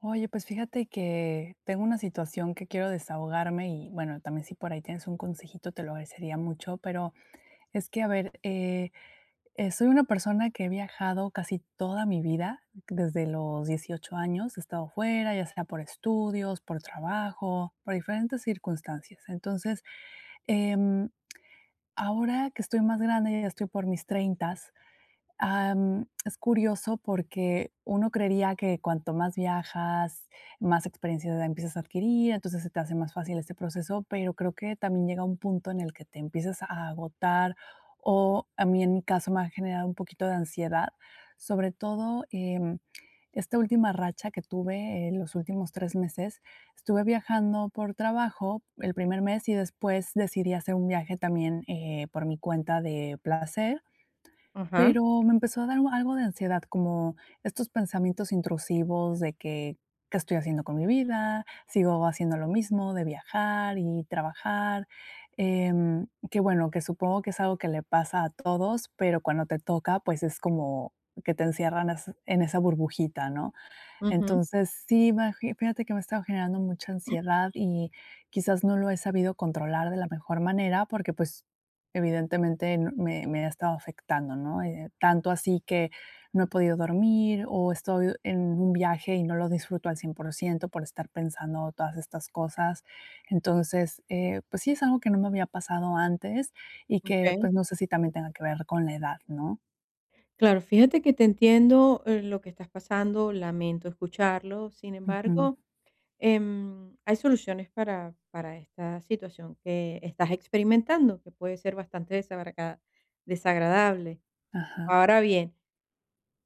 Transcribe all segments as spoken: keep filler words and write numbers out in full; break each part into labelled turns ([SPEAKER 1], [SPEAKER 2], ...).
[SPEAKER 1] Oye, pues fíjate que tengo una situación que quiero desahogarme y bueno, también si por ahí tienes un consejito te lo agradecería mucho, pero es que, a ver, eh, eh, soy una persona que he viajado casi toda mi vida, desde los dieciocho años he estado fuera, ya sea por estudios, por trabajo, por diferentes circunstancias. Entonces, em, ahora que estoy más grande, ya estoy por mis treintas. Am, es curioso porque uno creería que cuanto más viajas, más experiencia empiezas a adquirir, entonces se te hace más fácil este proceso, pero creo que también llega un punto en el que te empiezas a agotar, o a mí en mi caso me ha generado un poquito de ansiedad, sobre todo em, esta última racha que tuve en los últimos tres meses. Estuve viajando por trabajo el primer mes y después decidí hacer un viaje también, eh, por mi cuenta de placer,
[SPEAKER 2] Ajá,
[SPEAKER 1] pero me empezó a dar algo de ansiedad, como estos pensamientos intrusivos de que, ¿qué estoy haciendo con mi vida? Sigo haciendo lo mismo de viajar y trabajar. Em, que bueno, que supongo que es algo que le pasa a todos, pero cuando te toca, pues es como que te encierran es- en esa burbujita, ¿no?
[SPEAKER 2] ujú,
[SPEAKER 1] Entonces, sí, me aji fíjate que me ha estado generando mucha ansiedad y quizás no lo he sabido controlar de la mejor manera porque, pues, evidentemente n me me ha estado afectando, ¿no? Eh, tanto así que no he podido dormir o estoy en un viaje y no lo disfruto al cien por ciento por ciento por estar pensando todas estas cosas. Entonces, eh, pues sí, es algo que no me había pasado antes y que,
[SPEAKER 2] okey.
[SPEAKER 1] pues, no sé si también tenga que ver con la edad, ¿no?
[SPEAKER 2] Claro, fíjate que te entiendo, eh, lo que estás pasando, lamento escucharlo. Sin
[SPEAKER 1] Ujú.
[SPEAKER 2] embargo, em, hay soluciones para para esta situación que estás experimentando, que puede ser bastante desagraga desagradable.
[SPEAKER 1] Ajá.
[SPEAKER 2] Ahora bien,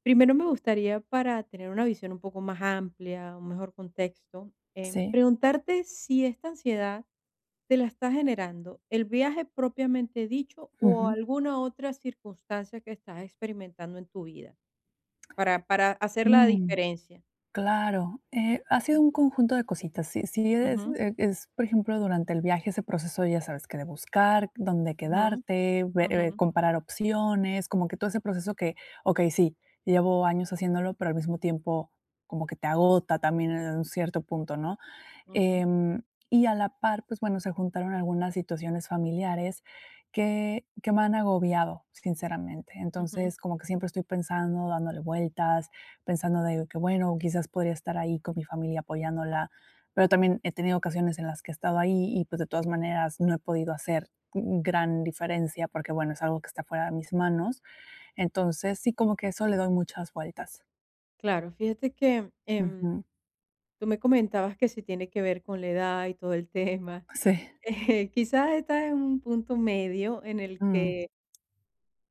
[SPEAKER 2] primero me gustaría, para tener una visión un poco más amplia, un mejor contexto, em,
[SPEAKER 1] Sí.
[SPEAKER 2] preguntarte si esta ansiedad te la está generando el viaje propiamente dicho o
[SPEAKER 1] Ujú.
[SPEAKER 2] alguna otra circunstancia que estás experimentando en tu vida para, para hacer la
[SPEAKER 1] Mm.
[SPEAKER 2] diferencia.
[SPEAKER 1] Claro, eh, ha sido
[SPEAKER 2] Mm,
[SPEAKER 1] un conjunto de cositas. Sí, sí es,
[SPEAKER 2] ujú,
[SPEAKER 1] eh, es, por ejemplo, durante el viaje ese proceso, ya sabes, que de buscar dónde
[SPEAKER 2] ujú,
[SPEAKER 1] quedarte, ve-
[SPEAKER 2] ujú,
[SPEAKER 1] eh, comparar opciones, como que todo ese proceso que, ok, sí, llevo años haciéndolo, pero al mismo tiempo como que te agota también en un cierto punto, ¿no?
[SPEAKER 2] ujú,
[SPEAKER 1] Em, y a la par, pues bueno, se juntaron algunas situaciones familiares que, que me han agobiado, sinceramente.
[SPEAKER 2] ujú.
[SPEAKER 1] Entonces, como que siempre estoy pensando, dándole vueltas, pensando de que, bueno, quizás podría estar ahí con mi familia apoyándola, pero también he tenido ocasiones en las que he estado ahí y pues de todas maneras no he podido hacer gran diferencia porque, bueno, es algo que está fuera de mis manos. Entonces, sí, como que eso le doy muchas vueltas.
[SPEAKER 2] Claro, fíjate que em,
[SPEAKER 1] Ujú.
[SPEAKER 2] tú me comentabas que si tiene que ver con la edad y todo el tema.
[SPEAKER 1] Sí.
[SPEAKER 2] Eh, quizás estás en un punto medio en el
[SPEAKER 1] Mm,
[SPEAKER 2] que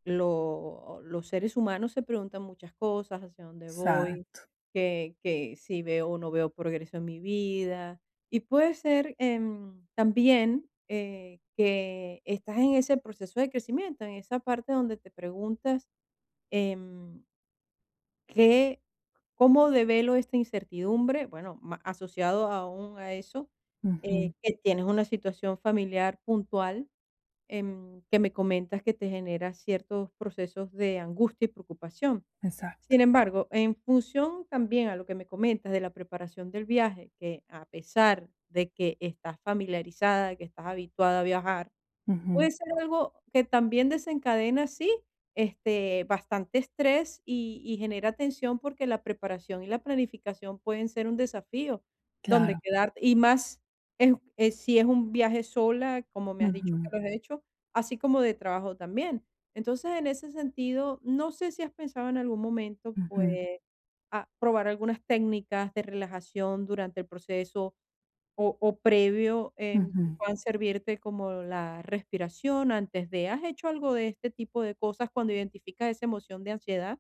[SPEAKER 2] lo- los seres humanos se preguntan muchas cosas, hacia dónde voy,
[SPEAKER 1] exacto.
[SPEAKER 2] que, que si veo o no veo progreso en mi vida. Y puede ser em, también eh, que estás en ese proceso de crecimiento, en esa parte donde te preguntas, em, qué, cómo develo esta incertidumbre, bueno, ma- asociado aún a eso, eh,
[SPEAKER 1] Ujú,
[SPEAKER 2] que tienes una situación familiar puntual, em, que me comentas que te genera ciertos procesos de angustia y preocupación.
[SPEAKER 1] exacto.
[SPEAKER 2] Sin embargo, en función también a lo que me comentas de la preparación del viaje, que a pesar de que estás familiarizada, que estás habituada a viajar, puede
[SPEAKER 1] Ujú,
[SPEAKER 2] ser algo que también desencadena, sí, este, bastante estrés y y genera tensión, porque la preparación y la planificación pueden ser un desafío donde
[SPEAKER 1] claro.
[SPEAKER 2] quedarte, y más es eh, si es un viaje sola, como me has dicho
[SPEAKER 1] Ujú,
[SPEAKER 2] que lo has hecho, así como de trabajo también. Entonces, en ese sentido, no sé si has pensado en algún momento, pues,
[SPEAKER 1] ujú,
[SPEAKER 2] a probar algunas técnicas de relajación durante el proceso o o previo, em, que
[SPEAKER 1] ujú.
[SPEAKER 2] puedan servirte como la respiración antes de ¿has hecho algo de este tipo de cosas cuando identificas esa emoción de ansiedad?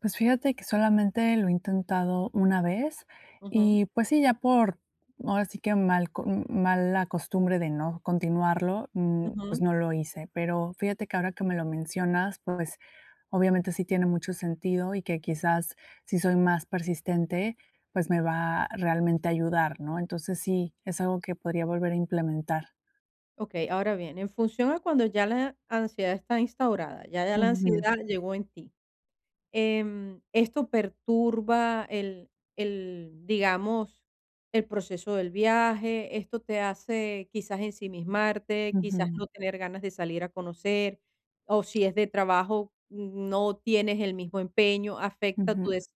[SPEAKER 1] Pues fíjate que solamente lo he intentado una vez
[SPEAKER 2] Ujú.
[SPEAKER 1] y, pues sí, ya por ahora sí que mal co m- mala costumbre de no continuarlo, mm, pues
[SPEAKER 2] Ujú.
[SPEAKER 1] no lo hice. Pero fíjate que ahora que me lo mencionas, pues obviamente sí tiene mucho sentido y que quizás si soy más persistente, pues me va a realmente ayudar, ¿no? Entonces sí, es algo que podría volver a implementar.
[SPEAKER 2] Okey, ahora bien, en función a cuando ya la ansiedad está instaurada, ya ya la
[SPEAKER 1] Ujú,
[SPEAKER 2] ansiedad llegó en ti. em, esto perturba el, el, digamos, el proceso del viaje, esto te hace quizás ensimismarte, quizás
[SPEAKER 1] ujú,
[SPEAKER 2] no tener ganas de salir a conocer, o si es de trabajo, no tienes el mismo empeño, afecta
[SPEAKER 1] ujú.
[SPEAKER 2] tu des-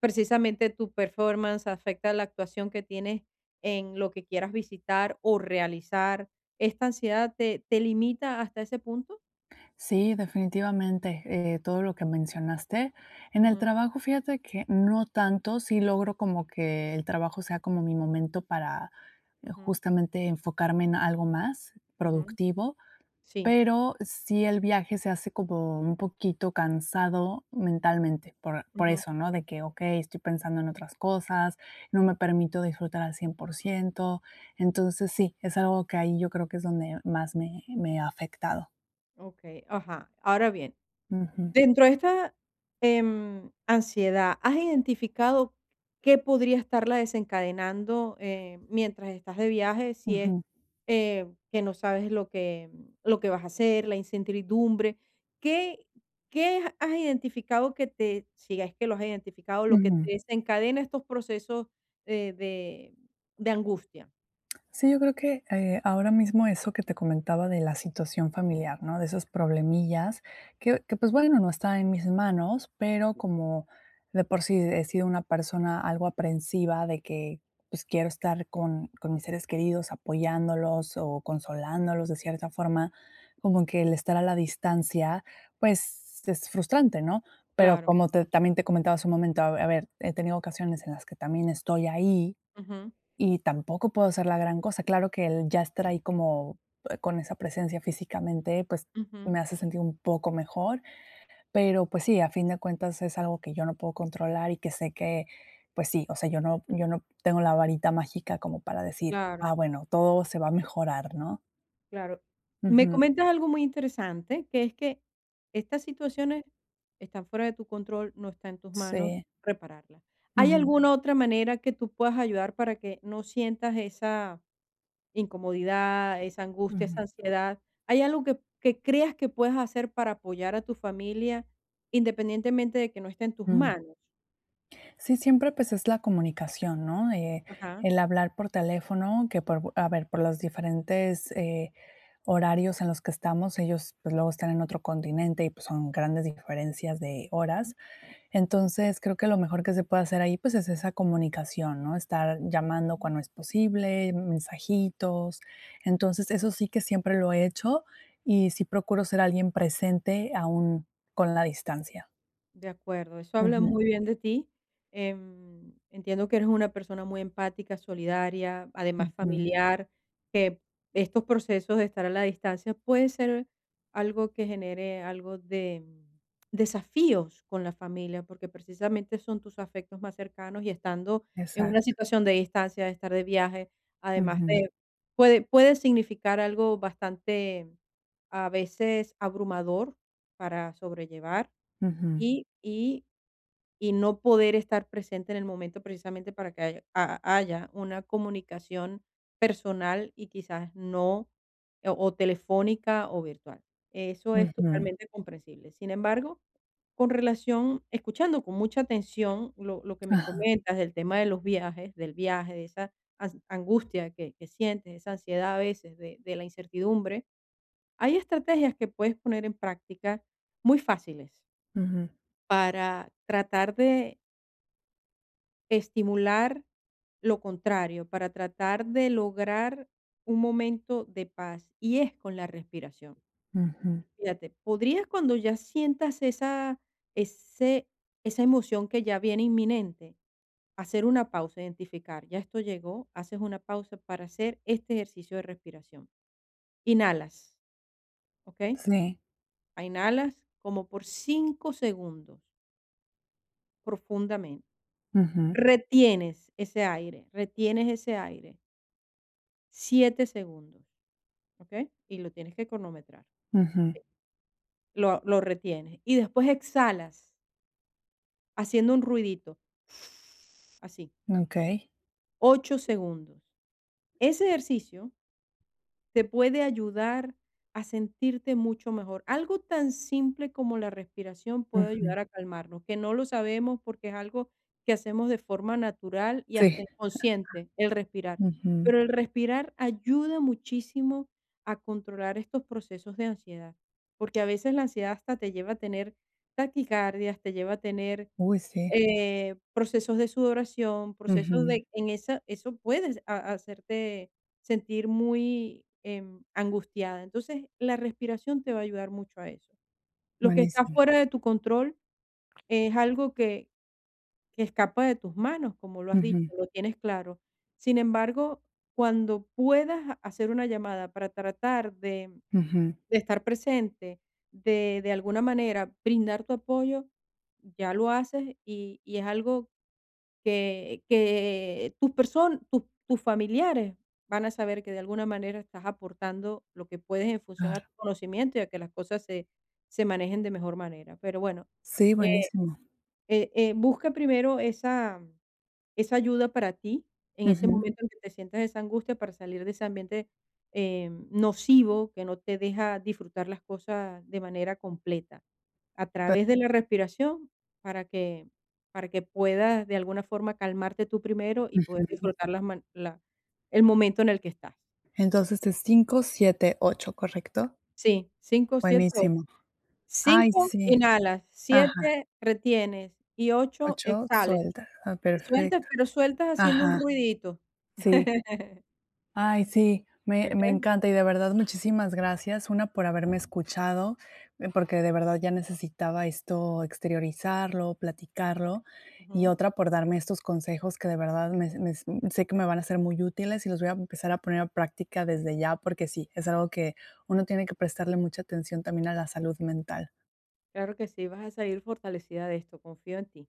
[SPEAKER 2] precisamente tu performance, afecta la actuación que tienes en lo que quieras visitar o realizar. ¿Esta ansiedad te, te limita hasta ese punto?
[SPEAKER 1] Sí, definitivamente, eh, todo lo que mencionaste. En el
[SPEAKER 2] Ujú,
[SPEAKER 1] trabajo, fíjate que no tanto, sí logro como que el trabajo sea como mi momento para eh,
[SPEAKER 2] ujú,
[SPEAKER 1] justamente enfocarme en algo más
[SPEAKER 2] ujú.
[SPEAKER 1] productivo,
[SPEAKER 2] Sí.
[SPEAKER 1] pero sí el viaje se hace como un poquito cansado mentalmente por, por eso, ¿no? De que, ok, estoy pensando en otras cosas, no me permito disfrutar al cien por ciento, entonces sí, es algo que ahí yo creo que es donde más me, me ha afectado.
[SPEAKER 2] Okey, ajá. Ahora bien,
[SPEAKER 1] Ujú,
[SPEAKER 2] dentro de esta, em, ansiedad, ¿has identificado qué podría estarla desencadenando, eh, mientras estás de viaje? Si es,
[SPEAKER 1] ujú.
[SPEAKER 2] eh, que no sabes lo que lo que vas a hacer, la incertidumbre, ¿qué qué ha- has identificado que te si es que lo has identificado, lo que
[SPEAKER 1] Ujú.
[SPEAKER 2] te desencadena estos procesos, eh, de de angustia?
[SPEAKER 1] Sí, yo creo que, eh, ahora mismo eso que te comentaba de la situación
[SPEAKER 2] Ujú,
[SPEAKER 1] familiar, ¿no? De esos problemillas que que, pues, bueno, no está en mis manos, pero como de por sí he sido una persona algo aprensiva de que, pues, quiero estar con con mis seres queridos, apoyándolos o consolándolos de cierta forma, como que el estar a la distancia, pues, es frustrante, ¿no? Pero
[SPEAKER 2] claro.
[SPEAKER 1] como te también te comentaba hace un momento, a a ver, he tenido ocasiones en las que también estoy ahí.
[SPEAKER 2] Ujú,
[SPEAKER 1] Y tampoco puedo hacer la gran cosa. Claro que el ya estar ahí como, eh, con esa presencia físicamente, pues,
[SPEAKER 2] ujú,
[SPEAKER 1] me hace sentir un poco mejor, pero, pues sí, a fin de cuentas es algo que yo no puedo controlar y que sé que, pues sí, o sea, yo no yo no tengo la varita mágica como para decir:
[SPEAKER 2] claro.
[SPEAKER 1] "Ah, bueno, todo se va a mejorar", ¿no?
[SPEAKER 2] Claro. Me
[SPEAKER 1] Ujú.
[SPEAKER 2] comentas algo muy interesante, que es que estas situaciones están fuera de tu control, no está en tus manos
[SPEAKER 1] Sí.
[SPEAKER 2] repararlas. ¿Hay
[SPEAKER 1] Ujú.
[SPEAKER 2] alguna otra manera que tú puedas ayudar para que no sientas esa incomodidad, esa angustia, esa
[SPEAKER 1] Ujú.
[SPEAKER 2] ansiedad? ¿Hay algo que, que creas que puedas hacer para apoyar a tu familia independientemente de que no esté en tus
[SPEAKER 1] Mm.
[SPEAKER 2] manos?
[SPEAKER 1] Sí, siempre pues es la comunicación, ¿no? Eh,
[SPEAKER 2] Ajá.
[SPEAKER 1] el hablar por teléfono, que por, a ver, por los diferentes eh, horarios en los que estamos, ellos pues luego están en otro continente y pues son grandes diferencias de horas. Entonces creo que lo mejor que se puede hacer ahí pues es esa comunicación, ¿no? Estar llamando
[SPEAKER 2] Ujú.
[SPEAKER 1] cuando es posible, mensajitos. Entonces eso sí que siempre lo he hecho y sí procuro ser alguien presente aún con la distancia.
[SPEAKER 2] De acuerdo, eso habla
[SPEAKER 1] Ujú,
[SPEAKER 2] muy bien de ti. Em, entiendo que eres una persona muy empática, solidaria, además
[SPEAKER 1] ujú,
[SPEAKER 2] familiar, que estos procesos de estar a la distancia puede ser algo que genere algo de mm, desafíos con la familia, porque precisamente son tus afectos más cercanos y estando en una
[SPEAKER 1] exacto.
[SPEAKER 2] situación de distancia, de estar de viaje, además
[SPEAKER 1] Ujú.
[SPEAKER 2] de, puede, puede significar algo bastante a veces abrumador para sobrellevar
[SPEAKER 1] Ujú,
[SPEAKER 2] y y y no poder estar presente en el momento precisamente para que haya ha haya una comunicación personal y quizás no, o o telefónica o virtual. Eso es
[SPEAKER 1] ujú,
[SPEAKER 2] totalmente comprensible. Sin embargo, con relación escuchando con mucha atención lo lo que me
[SPEAKER 1] ajá,
[SPEAKER 2] comentas del tema de los viajes, del viaje, de esa ans angustia que que sientes, esa ansiedad a veces de de la incertidumbre, hay estrategias que puedes poner en práctica muy fáciles
[SPEAKER 1] ujú,
[SPEAKER 2] para tratar de estimular lo contrario, para tratar de lograr un momento de paz, y es con la respiración.
[SPEAKER 1] ujú,
[SPEAKER 2] Fíjate, podrías cuando ya sientas esa ese esa emoción que ya viene inminente, hacer una pausa, identificar, ya esto llegó, haces una pausa para hacer este ejercicio de respiración. Inhalas, ¿ok?
[SPEAKER 1] sí,
[SPEAKER 2] Inhalas como por cinco segundos profundamente.
[SPEAKER 1] ujú,
[SPEAKER 2] Retienes ese aire, retienes ese aire siete segundos, ¿okey? Y lo tienes que cronometrar.
[SPEAKER 1] ujú,
[SPEAKER 2] Lo lo retienes y después exhalas haciendo un ruidito, así,
[SPEAKER 1] okey,
[SPEAKER 2] ocho segundos. Ese ejercicio te puede ayudar a sentirte mucho mejor. Algo tan simple como la respiración puede
[SPEAKER 1] ujú,
[SPEAKER 2] ayudar a calmarnos, que no lo sabemos porque es algo que hacemos de forma natural y hasta
[SPEAKER 1] sí,
[SPEAKER 2] inconsciente, el respirar.
[SPEAKER 1] ujú,
[SPEAKER 2] Pero el respirar ayuda muchísimo a controlar estos procesos de ansiedad, porque a veces la ansiedad hasta te lleva a tener taquicardias, te lleva a tener
[SPEAKER 1] uy, sí,
[SPEAKER 2] eh, procesos de sudoración, procesos
[SPEAKER 1] ujú,
[SPEAKER 2] de en esa eso puedes ha hacerte sentir muy, em, angustiada. Entonces, la respiración te va a ayudar mucho a eso. Lo que está
[SPEAKER 1] buenísimo,
[SPEAKER 2] fuera de tu control es algo que que escapa de tus manos, como lo has dicho,
[SPEAKER 1] ujú,
[SPEAKER 2] lo tienes claro. Sin embargo, cuando puedas hacer una llamada para tratar de
[SPEAKER 1] ujú,
[SPEAKER 2] de estar presente, de de alguna manera brindar tu apoyo, ya lo haces y y es algo que que tus personas, tus tus familiares van a saber que de alguna manera estás aportando lo que puedes en función a
[SPEAKER 1] claro,
[SPEAKER 2] tu conocimiento y a que las cosas se se manejen de mejor manera. Pero bueno,
[SPEAKER 1] sí,
[SPEAKER 2] eh
[SPEAKER 1] buenísimo,
[SPEAKER 2] eh eh, busca primero esa eso ayuda para ti en ese
[SPEAKER 1] ujú,
[SPEAKER 2] momento en que te sientas esa angustia para salir de ese ambiente, eh, nocivo que no te deja disfrutar las cosas de manera completa. A
[SPEAKER 1] pe
[SPEAKER 2] través de la respiración para que para que puedas de alguna forma calmarte tú primero y poder
[SPEAKER 1] ujú,
[SPEAKER 2] disfrutar las man la el momento en el que estás.
[SPEAKER 1] entonces es cinco siete ocho, ¿correcto?
[SPEAKER 2] Sí, cinco, siete, ocho.
[SPEAKER 1] Buenísimo, ay,
[SPEAKER 2] cinco
[SPEAKER 1] sí,
[SPEAKER 2] inhalas,
[SPEAKER 1] ajá,
[SPEAKER 2] siete retienes y ocho
[SPEAKER 1] ocho,
[SPEAKER 2] exhales.
[SPEAKER 1] suelta, ah,
[SPEAKER 2] Sueltas,
[SPEAKER 1] perfecto,
[SPEAKER 2] pero sueltas haciendo un
[SPEAKER 1] ajá,
[SPEAKER 2] ruidito.
[SPEAKER 1] sí. Ay, sí, me, me
[SPEAKER 2] Okey.
[SPEAKER 1] encanta y de verdad muchísimas gracias, una por haberme escuchado, eh, porque de verdad ya necesitaba esto exteriorizarlo, platicarlo, y
[SPEAKER 2] Ujú.
[SPEAKER 1] otra por darme estos consejos que de verdad me- me- sé que me van a ser muy útiles y los voy a empezar a poner a práctica desde ya, porque sí, es algo que uno tiene que prestarle mucha atención también a la salud mental.
[SPEAKER 2] Claro que sí, vas a salir fortalecida de esto, confío en ti.